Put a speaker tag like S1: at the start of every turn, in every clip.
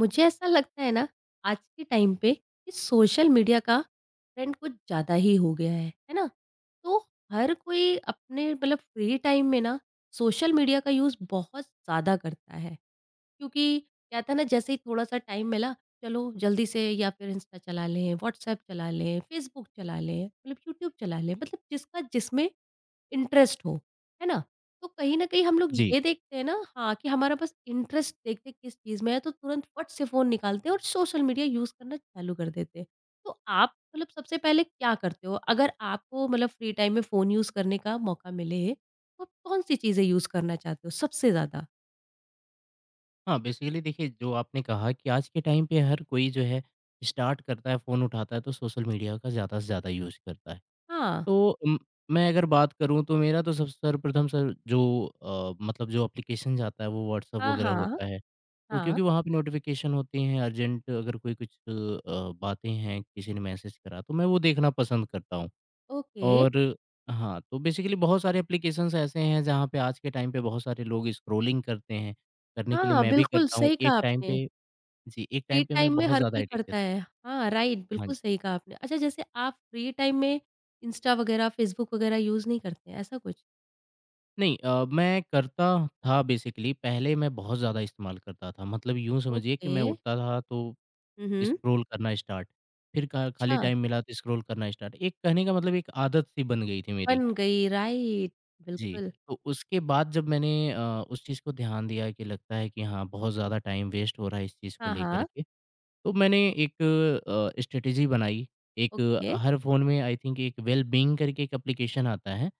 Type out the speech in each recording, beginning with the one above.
S1: मुझे ऐसा लगता है ना आज के टाइम पे कि सोशल मीडिया का ट्रेंड कुछ ज़्यादा ही हो गया है ना? तो हर कोई अपने मतलब फ्री टाइम में ना सोशल मीडिया का यूज़ बहुत ज़्यादा करता है। क्योंकि कहते हैं ना जैसे ही थोड़ा-सा टाइम मिला, चलो जल्दी से या फिर इंस्टा चला लें, व्हाट्सएप चला लें, फेसबुक चला लें, मतलब यूट्यूब चला लें, मतलब जिसका जिसमें इंटरेस्ट हो, है ना? तो कहीं न कहीं हम लोग
S2: जी।
S1: ये देखते हैं ना हाँ, कि हमारा बस इंटरेस्ट देखते किस चीज़ में है तो तुरंत फट से फ़ोन निकालते हैं और सोशल मीडिया यूज़ करना चालू कर देते हैं। तो आप मतलब सबसे पहले क्या करते हो? अगर आपको मतलब फ्री टाइम में फ़ोन यूज़ करने का मौका मिले, तो आप कौन-सी चीज़ें यूज़ करना चाहते हो सबसे ज़्यादा?
S2: हाँ, बेसिकली देखिए जो आपने कहा कि आज के टाइम पे हर कोई जो है स्टार्ट करता है, फ़ोन उठाता है तो सोशल मीडिया का ज़्यादा से ज़्यादा यूज़ करता है।
S1: हाँ।
S2: तो मैं अगर बात करूँ तो मेरा तो सब सर्वप्रथम सर जो मतलब जो एप्लीकेशन जाता है वो व्हाट्सएप
S1: हाँ,
S2: वगैरह
S1: हाँ।
S2: होता है। तो
S1: हाँ,
S2: क्योंकि वहाँ पे नोटिफ़िकेशन होती हैं अर्जेंट अगर कोई कुछ बातें हैं, किसी ने मैसेज करा तो मैं वो देखना पसंद करता हूँ।
S1: ओके।
S2: और हाँ, तो बेसिकली बहुत सारे एप्लीकेशंस ऐसे हैं जहाँ पे आज के टाइम पे बहुत सारे लोग स्क्रॉलिंग करते हैं, करने के
S1: हाँ,
S2: लिए
S1: हाँ,
S2: मैं भी
S1: बिल्कुल
S2: करता हूँ।
S1: सही
S2: एक
S1: कहा
S2: टाइम
S1: आपने।
S2: पे जी, एक
S1: फ्री
S2: टाइम पे मैं
S1: टाइम में
S2: बहुत
S1: हर
S2: ज़्यादा
S1: कोई
S2: एडिक्टेड
S1: करता
S2: था।
S1: है। हाँ, राइट
S2: हाँ जी।
S1: बिल्कुल सही कहा आपने। अच्छा जैसे आप फ्री टाइम में इंस्टा वगैरह, फ़ेसबुक वगैरह यूज़ नहीं करते हैं, ऐसा कुछ?
S2: नहीं मैं करता था बेसिकली पहले मैं बहुत ज़्यादा इस्तेमाल करता था। मतलब यूँ समझिए कि
S1: ओके।
S2: मैं उठता था तो
S1: हुँ, हुँ।
S2: स्क्रॉल करना स्टार्ट, फिर खा खाली
S1: अच्छा,
S2: टाइम मिला तो स्क्रॉल करना स्टार्ट। एक कहने का मतलब एक आदत सी बन गई थी मेरी।
S1: बन गई राइट,
S2: जी,
S1: बिल्कुल।
S2: तो उसके बाद जब मैंने उस चीज़ को ध्यान दिया कि लगता है कि हाँ, बहुत ज़्यादा टाइम वेस्ट हो रहा है इस चीज़ को
S1: हाँ,
S2: लेकर
S1: हाँ।
S2: के, तो मैंने एक स्ट्रैटेजी बनाई। एक
S1: ओके,
S2: हर फ़ोन में आई थिंक एक वेल बीइंग करके एक एप्लीकेशन आता है,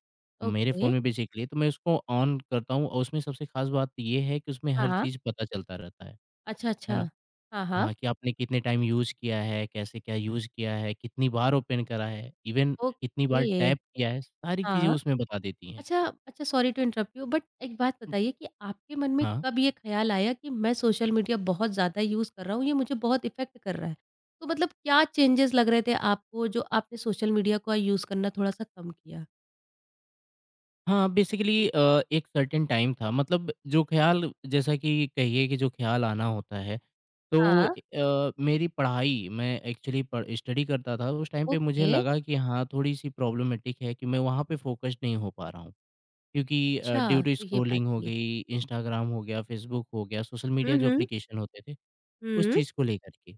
S2: मेरे
S1: ओके।
S2: फ़ोन में बेसिकली, तो मैं उसको ऑन करता हूँ और उसमें सबसे ख़ास बात ये है कि उसमें
S1: हाँ,
S2: हर
S1: हाँ।
S2: चीज़ पता चलता रहता
S1: अच्छा,
S2: है
S1: अच्छा।
S2: ना?
S1: हाँ, हाँ।
S2: हाँ, कि आपने कितने टाइम यूज़ किया है, कैसे क्या यूज़ किया है, कितनी बार ओपन करा है, इवन कितनी बार
S1: ओके,
S2: टैप किया है, सारी चीज़ें
S1: हाँ।
S2: उसमें बता देती हैं।
S1: अच्छा अच्छा sorry to interrupt you but एक बात
S2: जी।
S1: बताइए कि आपके मन में
S2: हाँ।
S1: कब ये ख्याल आया कि मैं सोशल मीडिया बहुत ज़्यादा यूज़ कर रहा हूँ, ये मुझे बहुत इफ़ेक्ट कर रहा है? तो मतलब क्या चेंजेस लग रहे थे आपको जो आपने सोशल मीडिया का यूज़ करना थोड़ा-सा कम किया?
S2: हाँ, बेसिकली एक सर्टेन टाइम था मतलब जो ख़्याल जैसा कि कहिए कि जो ख़्याल आना होता है, तो
S1: हाँ,
S2: मेरी पढ़ाई मैं एक्चुअली पढ़ स्टडी करता था उस टाइम पे मुझे
S1: ओके।
S2: लगा कि हाँ, थोड़ी-सी प्रॉब्लमैटिक है कि मैं वहाँ पे फ़ोकस नहीं हो पा रहा हूँ। क्योंकि ड्यू
S1: अच्छा,
S2: टू
S1: तो ये बात
S2: स्क्रॉलिंग हो
S1: थी।
S2: गई, इंस्टाग्राम हो गया, फ़ेसबुक हो गया, सोशल
S1: हुँ,
S2: मीडिया जो
S1: हुँ।
S2: एप्लीकेशन होते थे, उस
S1: हुँ।
S2: चीज़ को लेकर के।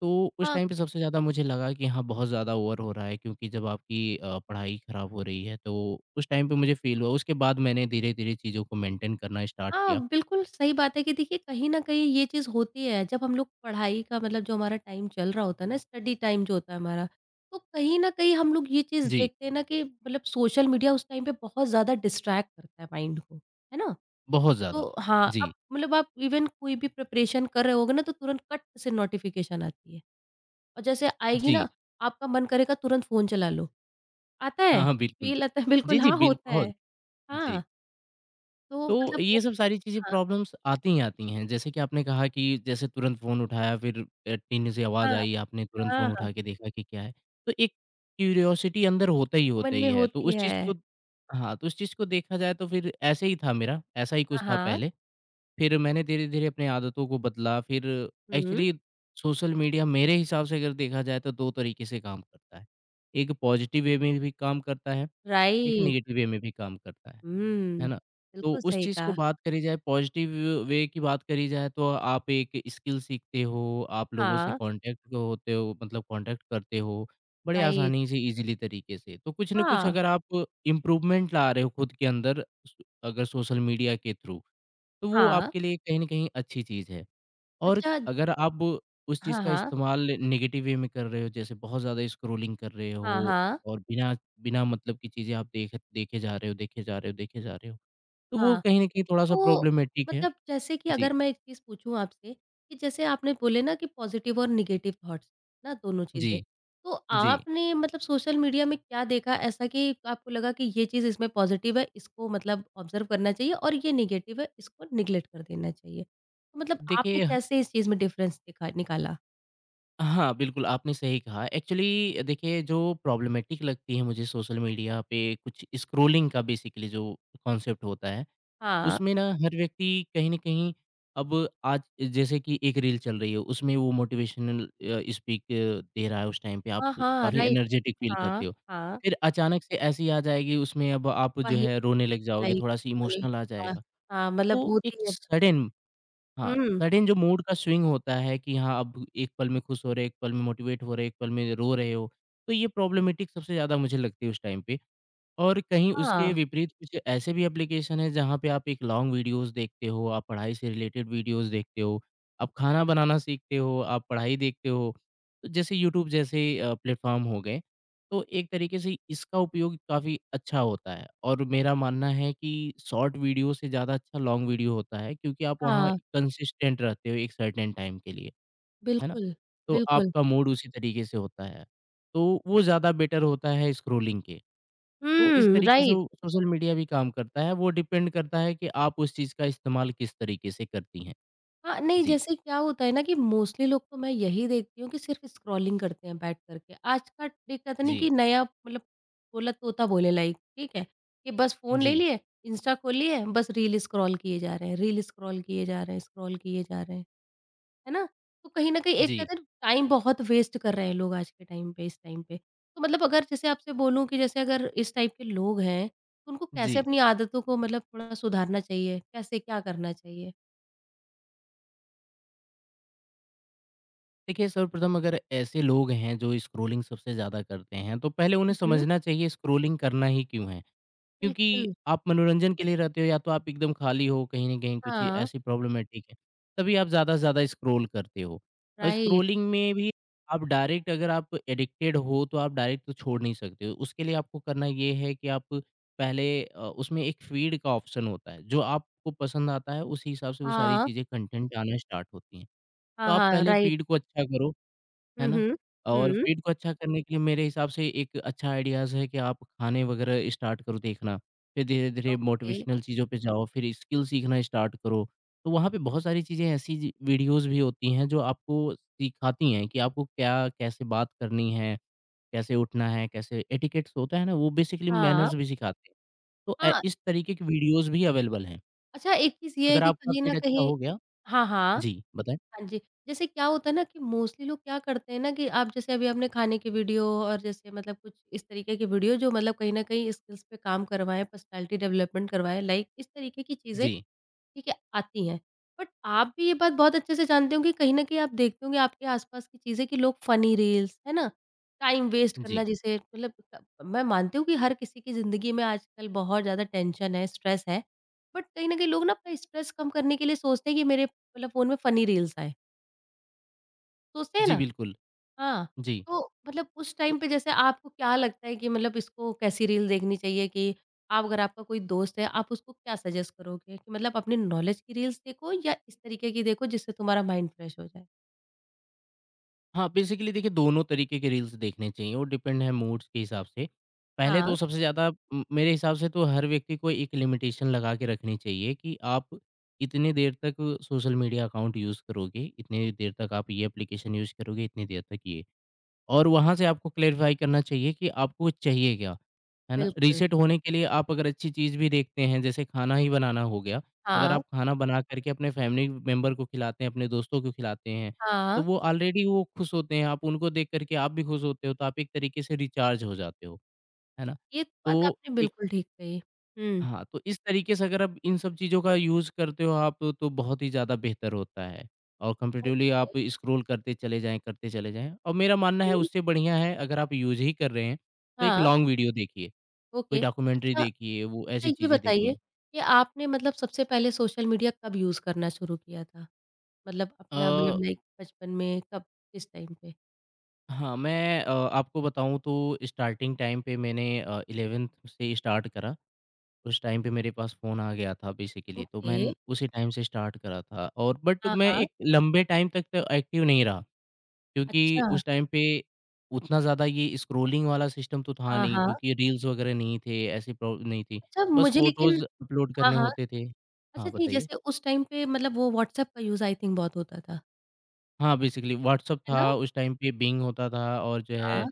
S2: तो उस टाइम पे सबसे ज़्यादा मुझे लगा कि हाँ, बहुत ज़्यादा ओवर हो रहा है क्योंकि जब आपकी पढ़ाई खराब हो रही है तो उस टाइम पे मुझे फ़ील हुआ। उसके बाद मैंने धीरे-धीरे चीज़ों को मेंटेन करना स्टार्ट किया।
S1: हाँ, बिल्कुल सही बात है कि देखिए कहीं न कहीं ये चीज़ होती है। जब हम लोग पढ़ाई का मतलब जो हमारा टाइम चल रहा होता है ना, स्टडी टाइम जो होता है हमारा, तो कहीं न कहीं हम लोग ये चीज़
S2: जी,
S1: देखते हैं ना कि मतलब सोशल मीडिया उस टाइम पे बहुत ज़्यादा डिस्ट्रैक्ट करता है माइंड को, है ना?
S2: बहुत ज़्यादा।
S1: तो हाँ, अब
S2: जी,
S1: मतलब आप इवन कोई भी प्रिपरेशन कर रहे होगे ना, तो तुरंत कट से नोटिफ़िकेशन आती है और जैसे आएगी
S2: जी।
S1: ना, आपका मन करेगा तुरंत फ़ोन चला लो। आता
S2: हाँ,
S1: है?
S2: हाँ, बिल्कुल।
S1: फ़ील आता है
S2: जी,
S1: बिल्कुल,
S2: जी,
S1: हाँ,
S2: बिल
S1: होता है।
S2: बहुत जी।
S1: हाँ, तो
S2: तो
S1: मतलब वो
S2: ये सब सारी चीज़ें
S1: हाँ,
S2: प्रॉब्लम्स आती ही आती हैं। जैसे कि आपने कहा कि जैसे तुरंत फ़ोन उठाया फिर टिन से आवाज़
S1: हाँ,
S2: आई, आपने तुरंत
S1: हाँ,
S2: फ़ोन
S1: हाँ।
S2: उठा के देखा कि क्या है। तो एक क्यूरियोसिटी अंदर
S1: मन
S2: होता ही
S1: में
S2: है। तो
S1: होती
S2: उस
S1: है।
S2: चीज़ को हाँ, तो उस चीज़ को देखा जाए तो फिर ऐसे ही था मेरा, ऐसा ही कुछ
S1: हाँ,
S2: था
S1: हाँ।
S2: पहले। फिर मैंने धीरे-धीरे अपनी आदतों को बदला। फिर
S1: हुँ,
S2: एक्चुअली सोशल मीडिया मेरे हिसाब से अगर देखा जाए तो 2 तरीके से काम करता है। एक पॉज़िटिव वे में भी काम करता है, एक
S1: राइट।
S2: नेगेटिव वे में भी काम करता है। है
S1: हुँ,
S2: ना? तो
S1: बिल्कुल
S2: उस
S1: सही
S2: चीज़ को
S1: कहा।
S2: बात करी जाए पॉजिटिव वे की बात करी जाए तो आप एक स्किल सीखते हो, आप लोगों से
S1: हाँ,
S2: कॉन्टैक्ट होते हो मतलब कॉन्टैक्ट करते हो, बड़े
S1: राइट।
S2: आसानी से ईज़िली तरीके से। तो कुछ न कुछ
S1: हाँ,
S2: अगर आप इम्प्रूवमेंट ला रहे हो खुद के अंदर सो अगर सोशल मीडिया के थ्रू, तो वो
S1: हाँ।
S2: आपके लिए कहीं न कहीं अच्छी चीज़ है। और
S1: अच्छा
S2: अगर आप उस चीज़
S1: हाँ,
S2: का
S1: हाँ।
S2: इस्तेमाल नेगेटिव वे में कर रहे हो, जैसे बहुत ज़्यादा स्क्रॉलिंग कर रहे
S1: हाँ,
S2: हो
S1: हाँ।
S2: और बिना बिना मतलब की चीज़ें आप देखे जा रहे हो, देखे जा रहे हो, देखे जा रहे हो। तो वो
S1: हाँ।
S2: कहीं न कहीं थोड़ा-सा
S1: तो
S2: प्रॉब्लमैटिक है।
S1: मतलब जैसे कि
S2: जी,
S1: अगर मैं एक चीज़ पूछूँ आपसे कि जैसे आपने बोले ना कि पॉजिटिव और नेगेटिव थॉट्स ना दोनों
S2: जी,
S1: चीज़ें। तो
S2: जी।
S1: आपने मतलब सोशल मीडिया में क्या देखा ऐसा कि आपको लगा कि ये चीज़ इसमें पॉजिटिव है, इसको मतलब ऑब्ज़र्व करना चाहिए और ये नेगेटिव है, इसको नेग्लेक्ट कर देना चाहिए। तो मतलब आपने
S2: देखिए ह
S1: कैसे इस चीज़ में डिफ़रेंस दिखा निकाला?
S2: हाँ, बिल्कुल आपने सही कहा। एक्चुअली देखिए जो प्रॉब्लमैटिक लगती है मुझे सोशल मीडिया पे कुछ स्क्रॉलिंग का बेसिकली जो कॉन्सेप्ट होता है,
S1: हाँ।
S2: उसमें ना हर व्यक्ति कहीं न कहीं अब आज जैसे कि एक रील चल रही है, उसमें वो मोटिवेशनल स्पीक दे रहा है उस टाइम पे आप
S1: हाँ, हाँ,
S2: काफ़ी
S1: राइट।
S2: एनर्जेटिक फ़ील
S1: हाँ,
S2: करते हो।
S1: हाँ।
S2: फिर अचानक से ऐसी आ जाएगी उसमें अब आप जो
S1: वही।
S2: है रोने लग जाओगे,
S1: राइट,
S2: थोड़ा-सा
S1: बिल्कुल।
S2: इमोशनल आ
S1: हाँ,
S2: जाएगा।
S1: हाँ, मतलब
S2: तो एक
S1: होती है।
S2: सडन हाँ,
S1: हुँ,
S2: सडन जो मूड का स्विंग होता है कि हाँ, अब एक पल में खुश हो रहे, एक पल में मोटिवेट हो रहे, एक पल में रो रहे हो, तो ये प्रॉब्लमैटिक सबसे ज़्यादा मुझे लगती है उस टाइम पे। और कहीं उसके
S1: हाँ,
S2: विपरीत कुछ ऐसे भी एप्लीकेशन हैं जहाँ पे आप एक लॉन्ग वीडियोज़ देखते हो, आप पढ़ाई से रिलेटेड वीडियोज़ देखते हो, आप खाना बनाना सीखते हो, आप पढ़ाई देखते हो। तो जैसे यूट्यूब जैसे प्लेटफ़ॉर्म हो गए, तो एक तरीके से इसका उपयोग काफ़ी अच्छा होता है और मेरा मानना है कि शॉर्ट वीडियो से ज़्यादा अच्छा लॉन्ग वीडियो होता है क्योंकि आप वहाँ
S1: हाँ।
S2: कंसिस्टेंट रहते हो एक सर्टेन टाइम के लिए, है ना?
S1: बिल्कुल,
S2: तो
S1: बिल्कुल।
S2: आपका मूड उसी तरीके से होता है। तो वो ज़्यादा बेटर होता है स्क्रॉलिंग के। तो इस
S1: हुँ,
S2: तरीके से
S1: राइट।
S2: वो सोशल मीडिया भी काम करता है, वो डिपेंड करता है कि आप उस चीज़ का इस्तेमाल किस तरीके से करती हैं।
S1: हाँ, नहीं
S2: जी,
S1: जैसे क्या होता है ना कि मोस्टली लोग तो मैं यही देखती हूँ कि सिर्फ़ स्क्रॉलिंग करते हैं बैठ कर के। आज का एक कहते नहीं कि
S2: जी,
S1: नया मतलब बोला तोता बोले लाइक, ठीक है? कि बस फ़ोन ले
S2: जी,
S1: लिए, इंस्टा खोल लिए, बस रील स्क्रॉल किए जा रहे हैं, रील स्क्रॉल किए जा रहे हैं, स्क्रॉल किए जा रहे हैं। है ना? तो कहीं न कहीं एक
S2: जी,
S1: कहते हैं ना टाइम बहुत वेस्ट कर रहे हैं लोग आज के टाइम पे इस टाइम पे। तो मतलब अगर जैसे आपसे बोलूँ कि जैसे अगर इस टाइप के लोग हैं, तो उनको कैसे
S2: जी।
S1: अपनी आदतों को मतलब थोड़ा सुधारना चाहिए? कैसे क्या करना चाहिए?
S2: देखिए, सर्वप्रथम अगर ऐसे लोग हैं जो स्क्रॉलिंग सबसे ज़्यादा करते हैं, तो पहले उन्हें
S1: हुँ, हुँ।
S2: समझना चाहिए स्क्रॉलिंग करना ही क्यों है? क्योंकि
S1: बिल्कुल,
S2: आप मनोरंजन के लिए रहते हो या तो आप एकदम खाली हो कहीं न कहीं कुछ
S1: हाँ,
S2: ऐसी प्रॉब्लमैटिक है, तभी आप ज़्यादा से ज़्यादा स्क्रॉल करते हो। और
S1: राइट,
S2: स्क्रॉलिंग में भी आप डायरेक्ट अगर आप एडिक्टेड हो तो आप डायरेक्ट तो छोड़ नहीं सकते हो। उसके लिए आपको करना ये है कि आप पहले उसमें एक फ़ीड का ऑप्शन होता है, जो आपको पसंद आता है उसी हिसाब से वो सारी
S1: हाँ।
S2: चीज़ें कंटेंट आना स्टार्ट होती हैं। तो
S1: हाँ,
S2: आप
S1: हाँ,
S2: पहले
S1: राइट।
S2: फ़ीड को अच्छा करो है
S1: हुँ,
S2: ना?
S1: हुँ।
S2: और
S1: हुँ,
S2: पेट को अच्छा करने के लिए मेरे हिसाब से एक अच्छा आइडियाज़ है कि आप खाने वगैरह स्टार्ट करो देखना। फिर धीरे-धीरे
S1: ओके,
S2: मोटिवेशनल चीज़ों पे जाओ, फिर स्किल सीखना स्टार्ट करो। तो वहाँ पे बहुत सारी चीज़ें ऐसी जी वीडियोज़ भी होती हैं जो आपको सिखाती हैं कि आपको क्या कैसे बात करनी है, कैसे उठना है, कैसे एटिकेट्स होता है ना, वो बेसिकली
S1: हाँ।
S2: मैनर्स भी सिखाते हैं। तो ए
S1: हाँ,
S2: इस तरीके की वीडियोज़ भी अवेलेबल हैं।
S1: अच्छा एक चीज़ ये है
S2: अगर
S1: कि
S2: आपका
S1: कहीं न
S2: पेट अच्छा
S1: कहीं
S2: हो गया
S1: हाँ, हाँ।
S2: जी, बताएँ?
S1: हाँ जी, जैसे क्या होता है ना कि मोस्टली लोग क्या करते हैं ना कि आप जैसे अभी आपने खाने की वीडियो और जैसे मतलब कुछ इस तरीके की वीडियो जो मतलब कहीं न कहीं स्किल्स पे काम करवाएँ, पर्सनैलिटी डेवलपमेंट करवाएँ, लाइक इस तरीके की चीज़ें,
S2: जी,
S1: ठीक है, आती हैं। बट आप भी ये बात बहुत अच्छे से जानते होंगे, कहीं न कहीं आप देखते होंगे आपके आस-पास की चीज़ें कि लोग फ़नी रील्स, है ना? टाइम वेस्ट करना
S2: जी।
S1: जिसे मतलब क मैं मानती हूँ कि हर किसी की ज़िंदगी में आजकल बहुत ज़्यादा टेंशन है, स्ट्रेस है, बट कहीं न कहीं लोग ना अपना स्ट्रेस कम करने के लिए सोचते हैं कि मेरे मतलब फ़ोन में फ़नी रील्स आएँ। सोचते हैं
S2: जी,
S1: ना?
S2: बिल्कुल।
S1: हाँ,
S2: जी।
S1: तो मतलब उस टाइम पे जैसे आपको क्या लगता है कि मतलब इसको कैसी रील देखनी चाहिए कि आप अगर आपका कोई दोस्त है, आप उसको क्या सजेस्ट करोगे कि मतलब अपनी नॉलेज की रील्स देखो या इस तरीके की देखो जिससे तुम्हारा माइंड फ्रेश हो जाए?
S2: हाँ, बेसिकली देखिए दोनों तरीके के रील्स देखने चाहिए, वो डिपेंड है मूड्स के हिसाब से। पहले तो
S1: हाँ,
S2: सबसे ज़्यादा मेरे हिसाब से तो हर व्यक्ति को एक लिमिटेशन लगा के रखनी चाहिए कि आप इतने देर तक सोशल मीडिया अकाउंट यूज़ करोगे, इतने देर तक आप ये एप्लीकेशन यूज़ करोगे, इतनी देर तक ये। और वहाँ से आपको क्लैरिफ़ाई करना चाहिए कि आपको चाहिए क्या, है ना?
S1: बिल्कुल।
S2: रीसेट होने के लिए आप अगर अच्छी चीज़ भी देखते हैं, जैसे खाना ही बनाना हो गया, अगर
S1: हाँ,
S2: आप खाना बना कर के अपने फैमिली मेंबर को खिलाते हैं, अपने दोस्तों को खिलाते हैं, तो
S1: हाँ,
S2: वो ऑलरेडी वो खुश होते हैं, आप उनको देख कर के आप भी खुश होते हो, तो आप एक तरीके से रिचार्ज हो जाते हो, है ना?
S1: ये तो बात
S2: तो
S1: आपने
S2: ए
S1: बिल्कुल ठीक कही। हुँ,
S2: हाँ, तो इस तरीके से अगर आप इन सब चीज़ों का यूज़ करते हो आप तो बहुत ही ज़्यादा बेहतर होता है और कंपैटिबली आप
S1: ओके,
S2: स्क्रॉल करते चले जाएँ और मेरा मानना है
S1: हुँ,
S2: उससे बढ़िया है अगर आप यूज़ ही कर रहे हैं, तो एक
S1: हाँ,
S2: लॉन्ग वीडियो देखिए, कोई
S1: ओके।
S2: डॉक्यूमेंट्री
S1: अच्छा,
S2: देखिए, वो
S1: अच्छा
S2: ऐसी
S1: ये
S2: चीज़ें
S1: बताइए
S2: देखिए।
S1: कि आपने मतलब सबसे पहले सोशल मीडिया कब यूज़ करना शुरू किया था? मतलब अपना
S2: अ,
S1: मतलब लाइक बचपन में कब, किस टाइम पे?
S2: हाँ, मैं आपको बताऊँ तो स्टार्टिंग टाइम पे मैंने 11th से स्टार्ट करा, उस टाइम पे मेरे पास फ़ोन आ गया था बेसिकली तो
S1: ओके,
S2: मैं उसी टाइम से स्टार्ट करा था और बट
S1: हाँ,
S2: मैं
S1: हाँ।
S2: एक लंबे टाइम तक तो एक्टिव नहीं रहा। क्योंकि
S1: अच्छा,
S2: उस टाइम पे उतना ज़्यादा ये स्क्रॉलिंग वाला सिस्टम तो था
S1: हाँ,
S2: नहीं
S1: हाँ।
S2: क्योंकि रील्स वगैरह नहीं थे, ऐसी प्रॉ नहीं थी।
S1: अच्छा
S2: बस
S1: मुझे
S2: फ़ोटोज़
S1: लेकिन
S2: अपलोड
S1: हाँ,
S2: करने
S1: हाँ।
S2: होते थे।
S1: अच्छा
S2: हाँ,
S1: नहीं
S2: बताइए?
S1: जैसे उस टाइम पे मतलब वो व्हाट्सएप का यूज़ आई थिंक बहुत होता था,
S2: हाँ, बेसिकली व्हाट्सएप
S1: है
S2: था,
S1: ना?
S2: उस टाइम पे बिंग होता था और जो
S1: हाँ,
S2: है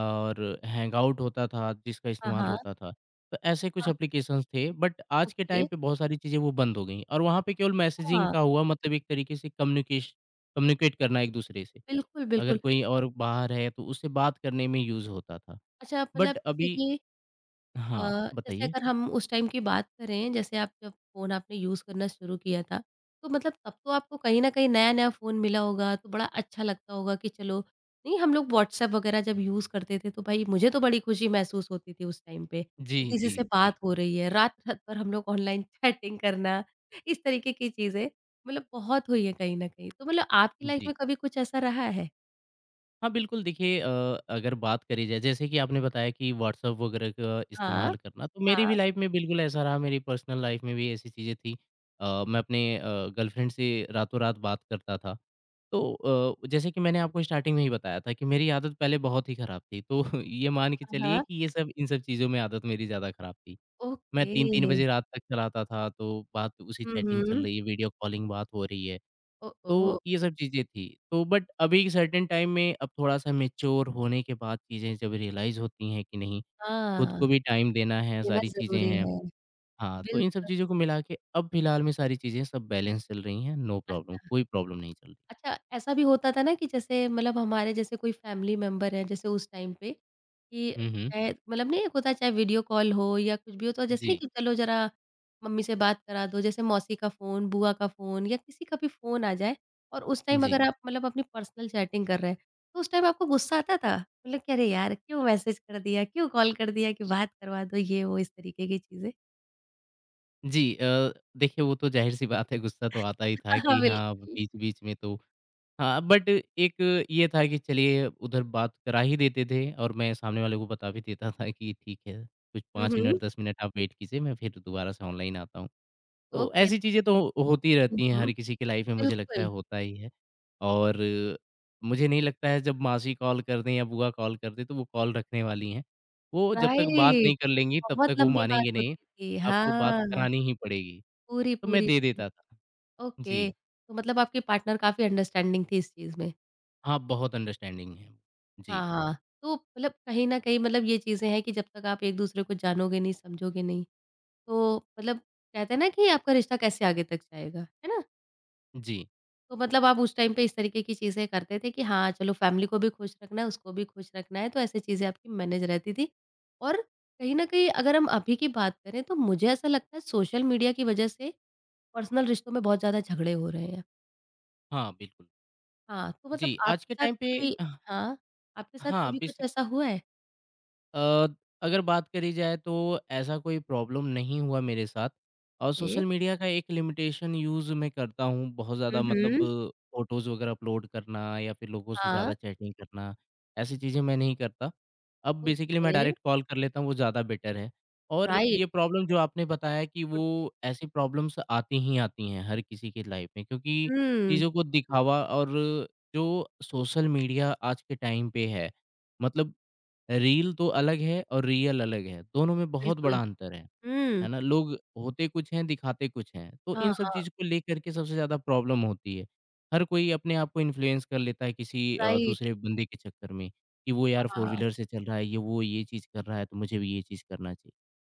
S2: और हैंगआउट होता था जिसका
S1: हाँ,
S2: इस्तेमाल
S1: हाँ,
S2: होता था। तो ऐसे कुछ
S1: हाँ,
S2: एप्लीकेशंस थे बट आज के
S1: ओके।
S2: टाइम पे बहुत सारी चीज़ें वो बंद हो गई हैं और वहाँ पे केवल मैसेजिंग
S1: हाँ,
S2: का हुआ मतलब एक तरीके से कम्युनिकेश कम्युनिकेट करना एक-दूसरे से।
S1: बिल्कुल,
S2: अगर
S1: बिल्कुल।
S2: कोई और बाहर है तो उससे बात करने में यूज़ होता था।
S1: अच्छा मतलब
S2: बट
S1: जैसे
S2: अभी
S1: कि अ,
S2: हाँ,
S1: जैसे
S2: बताइए?
S1: अगर हम उस टाइम की बात करें, जैसे आप जब फ़ोन आपने यूज़ करना शुरू किया था, तो मतलब तब तो आपको कहीं न कहीं नया-नया फ़ोन मिला होगा, तो बड़ा अच्छा लगता होगा कि चलो नहीं हम लोग व्हाट्सऐप वगैरह जब यूज़ करते थे, तो भाई मुझे तो बड़ी खुशी महसूस होती थी उस टाइम पे,
S2: जी,
S1: कि किसी
S2: जी,
S1: से बात
S2: जी,
S1: हो रही है, रात-रात भर हम लोग ऑनलाइन चैटिंग करना, इस तरीके की चीज़ें मतलब बहुत हुई है कहीं न कहीं। तो मतलब आपकी लाइफ़
S2: जी।
S1: में कभी कुछ ऐसा रहा है?
S2: हाँ, बिल्कुल देखिए अगर बात करी जाए जैसे कि आपने बताया कि व्हाट्सएप वगैरह का इस्तेमाल
S1: हाँ,
S2: करना, तो मेरी
S1: हाँ,
S2: भी लाइफ़ में बिल्कुल ऐसा रहा, मेरी पर्सनल लाइफ़ में भी ऐसी चीज़ें थी। मैं अपने गर्लफ्रेंड से रातों-रात बात करता था। तो जैसे कि मैंने आपको स्टार्टिंग में ही बताया था कि मेरी आदत पहले बहुत ही खराब थी। तो ये मान के
S1: हाँ,
S2: चलिए
S1: हाँ।
S2: कि ये सब इन सब चीज़ों में आदत मेरी ज़्यादा खराब थी। मैं
S1: ओके।
S2: 3-3 बजे रात तक चलाता था, तो बात उसी
S1: हुँ,
S2: चैटिंग चल
S1: हुँ।
S2: रही है, वीडियो कॉलिंग बात हो रही है।
S1: ओह!
S2: तो
S1: ओह!
S2: ये सब चीज़ें थी। तो बट अभी एक सर्टेन टाइम में अब थोड़ा-सा मैच्योर होने के बाद चीज़ें जब रियलाइज़ होती हैं कि नहीं, खुद
S1: हाँ।
S2: को भी टाइम देना है,
S1: देना
S2: सारी चीज़ें
S1: ज़रूरी
S2: हैं।
S1: है।
S2: हाँ, तो इन सब
S1: बिल्कुल,
S2: चीज़ों को मिला के अब फिलहाल में सारी चीज़ें सब बैलेंस चल रही हैं, नो प्रॉब्लम,
S1: अच्छा।
S2: कोई प्रॉब्लम नहीं चल रही।
S1: अच्छा, ऐसा भी होता था ना कि जैसे मतलब हमारे जैसे कोई फैमिली मेंबर है जैसे उस टाइम पे कि
S2: हुँ, हुँ।
S1: चाहे मतलब नहीं एक होता है चाहे वीडियो कॉल हो या कुछ भी हो तो जैसे नहीं
S2: जी,
S1: कि चलो ज़रा मम्मी से बात करा दो, जैसे मौसी का फ़ोन, बुआ का फ़ोन या किसी का भी फ़ोन आ जाए और उस टाइम
S2: जी।
S1: अगर आप मतलब अपनी पर्सनल चैटिंग कर रहे हैं, तो उस टाइम आपको गुस्सा आता था? मतलब कि अरे यार! क्यों मैसेज कर दिया, क्यों कॉल कर दिया कि बात करवा दो ये वो इस तरीके की चीज़ें?
S2: जी देखिए वो तो ज़ाहिर-सी बात है गुस्सा तो आता ही था
S1: हाँ,
S2: कि
S1: हाँ,
S2: हाँ,
S1: बिल्कुल।
S2: बीच-बीच में तो हाँ, बट एक ये था कि चलिए उधर बात करा ही देते थे और मैं सामने वाले को बता भी देता था कि ठीक है, कुछ
S1: हुँ,
S2: 5
S1: हुँ।
S2: मिनट 10 मिनट आप वेट कीजिए, मैं फिर दोबारा से ऑनलाइन आता हूँ। तो
S1: ओके।
S2: ऐसी चीज़ें तो होती
S1: हुँ,
S2: रहती हैं,
S1: हुँ।
S2: हर किसी की लाइफ़ में मुझे लगता है
S1: बिल्कुल,
S2: होता ही है। और मुझे नहीं लगता है जब मासी कॉल कर दें या बुआ कॉल कर दें, तो वो कॉल रखने वाली हैं। वो जब तक बात
S1: राइट
S2: नहीं कर लेंगी, तब
S1: बहुत
S2: तक वो
S1: लंबी बात
S2: मानेंगे नहीं,
S1: होती थी।
S2: आपको बात
S1: हाँ,
S2: करानी ही पड़ेगी।
S1: पूरी,
S2: तो मैं
S1: पूरी,
S2: दे
S1: पूरी।
S2: देता था।
S1: ओके,
S2: जी।
S1: तो मतलब आपके पार्टनर काफ़ी अंडरस्टैंडिंग थी इस चीज़ में।
S2: हाँ, बहुत अंडरस्टैंडिंग है। जी,
S1: हाँ, हाँ, तो मतलब कहीं न कहीं मतलब ये चीज़ें हैं कि जब तक आप एक-दूसरे को जानोगे नहीं, समझोगे नहीं, तो मतलब कहते हैं ना कि आपका रिश्ता कैसे आगे तक जाएगा, है ना?
S2: जी।
S1: तो मतलब आप उस टाइम पे इस तरीके की चीज़ें करते थे कि हाँ, चलो फैमिली को भी खुश रखना है, उसको भी खुश रखना है, तो ऐसी चीज़ें आपकी मैनेज रहती थी। और कहीं न कहीं अगर हम अभी की बात करें तो मुझे ऐसा लगता है सोशल मीडिया की वज़ह से पर्सनल रिश्तों में बहुत ज़्यादा झगड़े हो रहे हैं।
S2: हाँ, बिल्कुल।
S1: हाँ, तो मतलब
S2: जी, आज
S1: आपके
S2: के
S1: साथ
S2: टाइम पे
S1: कभी
S2: अह,
S1: हाँ, आपके साथ
S2: हाँ,
S1: कभी कुछ
S2: बेसिक
S1: ऐसा हुआ है?
S2: अ, अगर बात करी जाए तो ऐसा कोई प्रॉब्लम नहीं हुआ मेरे साथ और
S1: ओके।
S2: सोशल मीडिया का एक लिमिटेशन यूज़ मैं करता हूँ बहुत
S1: हुँ,
S2: ज़्यादा मतलब
S1: हुँ।
S2: फ़ोटोज़ वगैरह अपलोड करना या फिर लोगों से
S1: हाँ,
S2: ज़्यादा चैटिंग करना, ऐसी चीज़ें मैं नहीं करता। अब बेसिकली मैं
S1: ओके,
S2: डायरेक्ट कॉल कर लेता हूँ, वो ज़्यादा बेटर है और
S1: राइट,
S2: ये प्रॉब्लम जो आपने बताया कि
S1: गुड थिंग।
S2: वो ऐसी प्रॉब्लम्स आती ही आती हैं हर किसी की लाइफ़ में क्योंकि
S1: हुँ,
S2: चीज़ों को दिखावा और जो सोशल मीडिया आज के टाइम पे है मतलब रील तो अलग है और रियल अलग है, दोनों में बहुत
S1: बिल्कुल।
S2: बड़ा अंतर है। है
S1: हुँ,
S2: ना? लोग होते कुछ हैं, दिखाते कुछ हैं। तो
S1: हाँ,
S2: इन सब
S1: हाँ,
S2: चीज़ को लेकर के सबसे ज़्यादा प्रॉब्लम होती है। हर कोई अपने आप को इन्फ्लुएंस कर लेता है किसी
S1: राइट,
S2: दूसरे बंदे के चक्कर में, कि वो यार फोर
S1: हाँ,
S2: व्हीलर से चल रहा है, ये वो ये चीज़ कर रहा है, तो मुझे भी ये चीज़ करना चाहिए।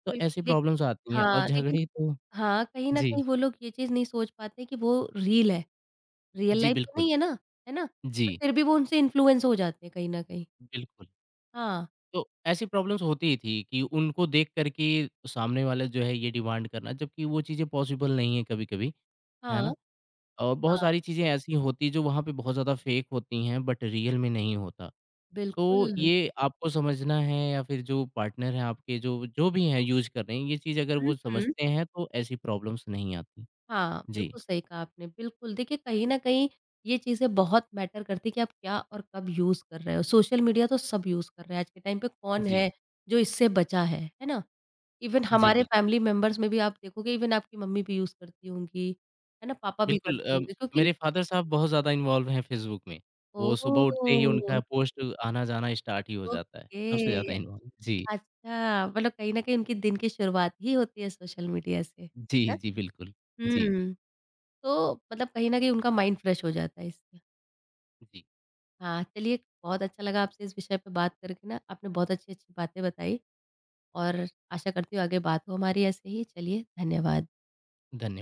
S2: तो ऐसी
S1: बिल्कुल। लेक
S2: प्रॉब्लम्स आती हैं और
S1: हाँ, लेकिन
S2: झगड़े तो
S1: हाँ, कहीं न
S2: जी।
S1: कहीं वो लोग ये चीज़ नहीं सोच पाते कि वो रील है, रियल
S2: जी,
S1: लाइफ़ तो
S2: बिल्कुल।
S1: नहीं है ना, है ना? पर
S2: जी,
S1: फिर भी वो उनसे इन्फ्लुएंस हो जाते हैं कहीं न कहीं।
S2: बिल्कुल।
S1: हाँ,
S2: तो ऐसी प्रॉब्लम्स होती ही थी कि उनको देख कर के सामने वाला जो है ये डिमांड करना जबकि वो चीज़ें पॉसिबल नहीं है कभी-कभी,
S1: हाँ,
S2: है ना? और बहुत
S1: हाँ,
S2: सारी चीज़ें ऐसी होती जो वहाँ पे बहुत ज़्यादा फेक होती हैं बट रियल में नहीं होता। तो
S1: बिल्कुल।
S2: ये आपको समझना है या फिर जो पार्टनर हैं आपके जो जो भी हैं यूज़ कर रहे हैं ये चीज़ अगर
S1: हुँ,
S2: वो
S1: हुँ।
S2: समझते हैं तो ऐसी प्रॉब्लम्स नहीं आती।
S1: हाँ,
S2: जी,
S1: बिल्कुल सही कहा आपने, बिल्कुल। देखिए कहीं न कहीं ये चीज़ें बहुत मैटर करती हैं कि आप क्या और कब यूज़ कर रहे हो। सोशल मीडिया तो सब यूज़ कर रहे हैं आज के टाइम पे कौन
S2: जी,
S1: है जो इससे बचा है ना? इवन
S2: जी
S1: हमारे
S2: बिल्कुल।
S1: फैमिली मेंबर्स में भी आप देखोगे इवन आपकी मम्मी भी यूज़ करती होंगी, है ना? पापा भी
S2: बिल्कुल
S1: करते होंगे क्योंकि
S2: मेरे फ़ादर साहब बहुत ज़्यादा इन्वॉल्व हैं फ़ेसबुक में। वो सुबह उठते ही
S1: ओह!
S2: उनका पोस्ट आना-जाना स्टार्ट ही हो जाता है। सबसे
S1: ओके,
S2: ज़्यादा इन्वॉल्व जी।
S1: अच्छा मतलब कहीं न कहीं उनकी दिन की शुरुआत ही होती है सोशल मीडिया से, है
S2: जी,
S1: ना?
S2: जी, बिल्कुल। जी,
S1: हुँ, तो मतलब कहीं न कहीं उनका माइंड फ्रेश हो जाता है इससे।
S2: जी।
S1: हाँ, चलिए बहुत अच्छा लगा आपसे इस विषय पे बात करके ना, आपने बहुत अच्छी-अच्छी बातें बताई और आशा करती हूँ आगे बात हो हमारी ऐसे ही। चलिए, धन्यवाद।
S2: धन्यवाद।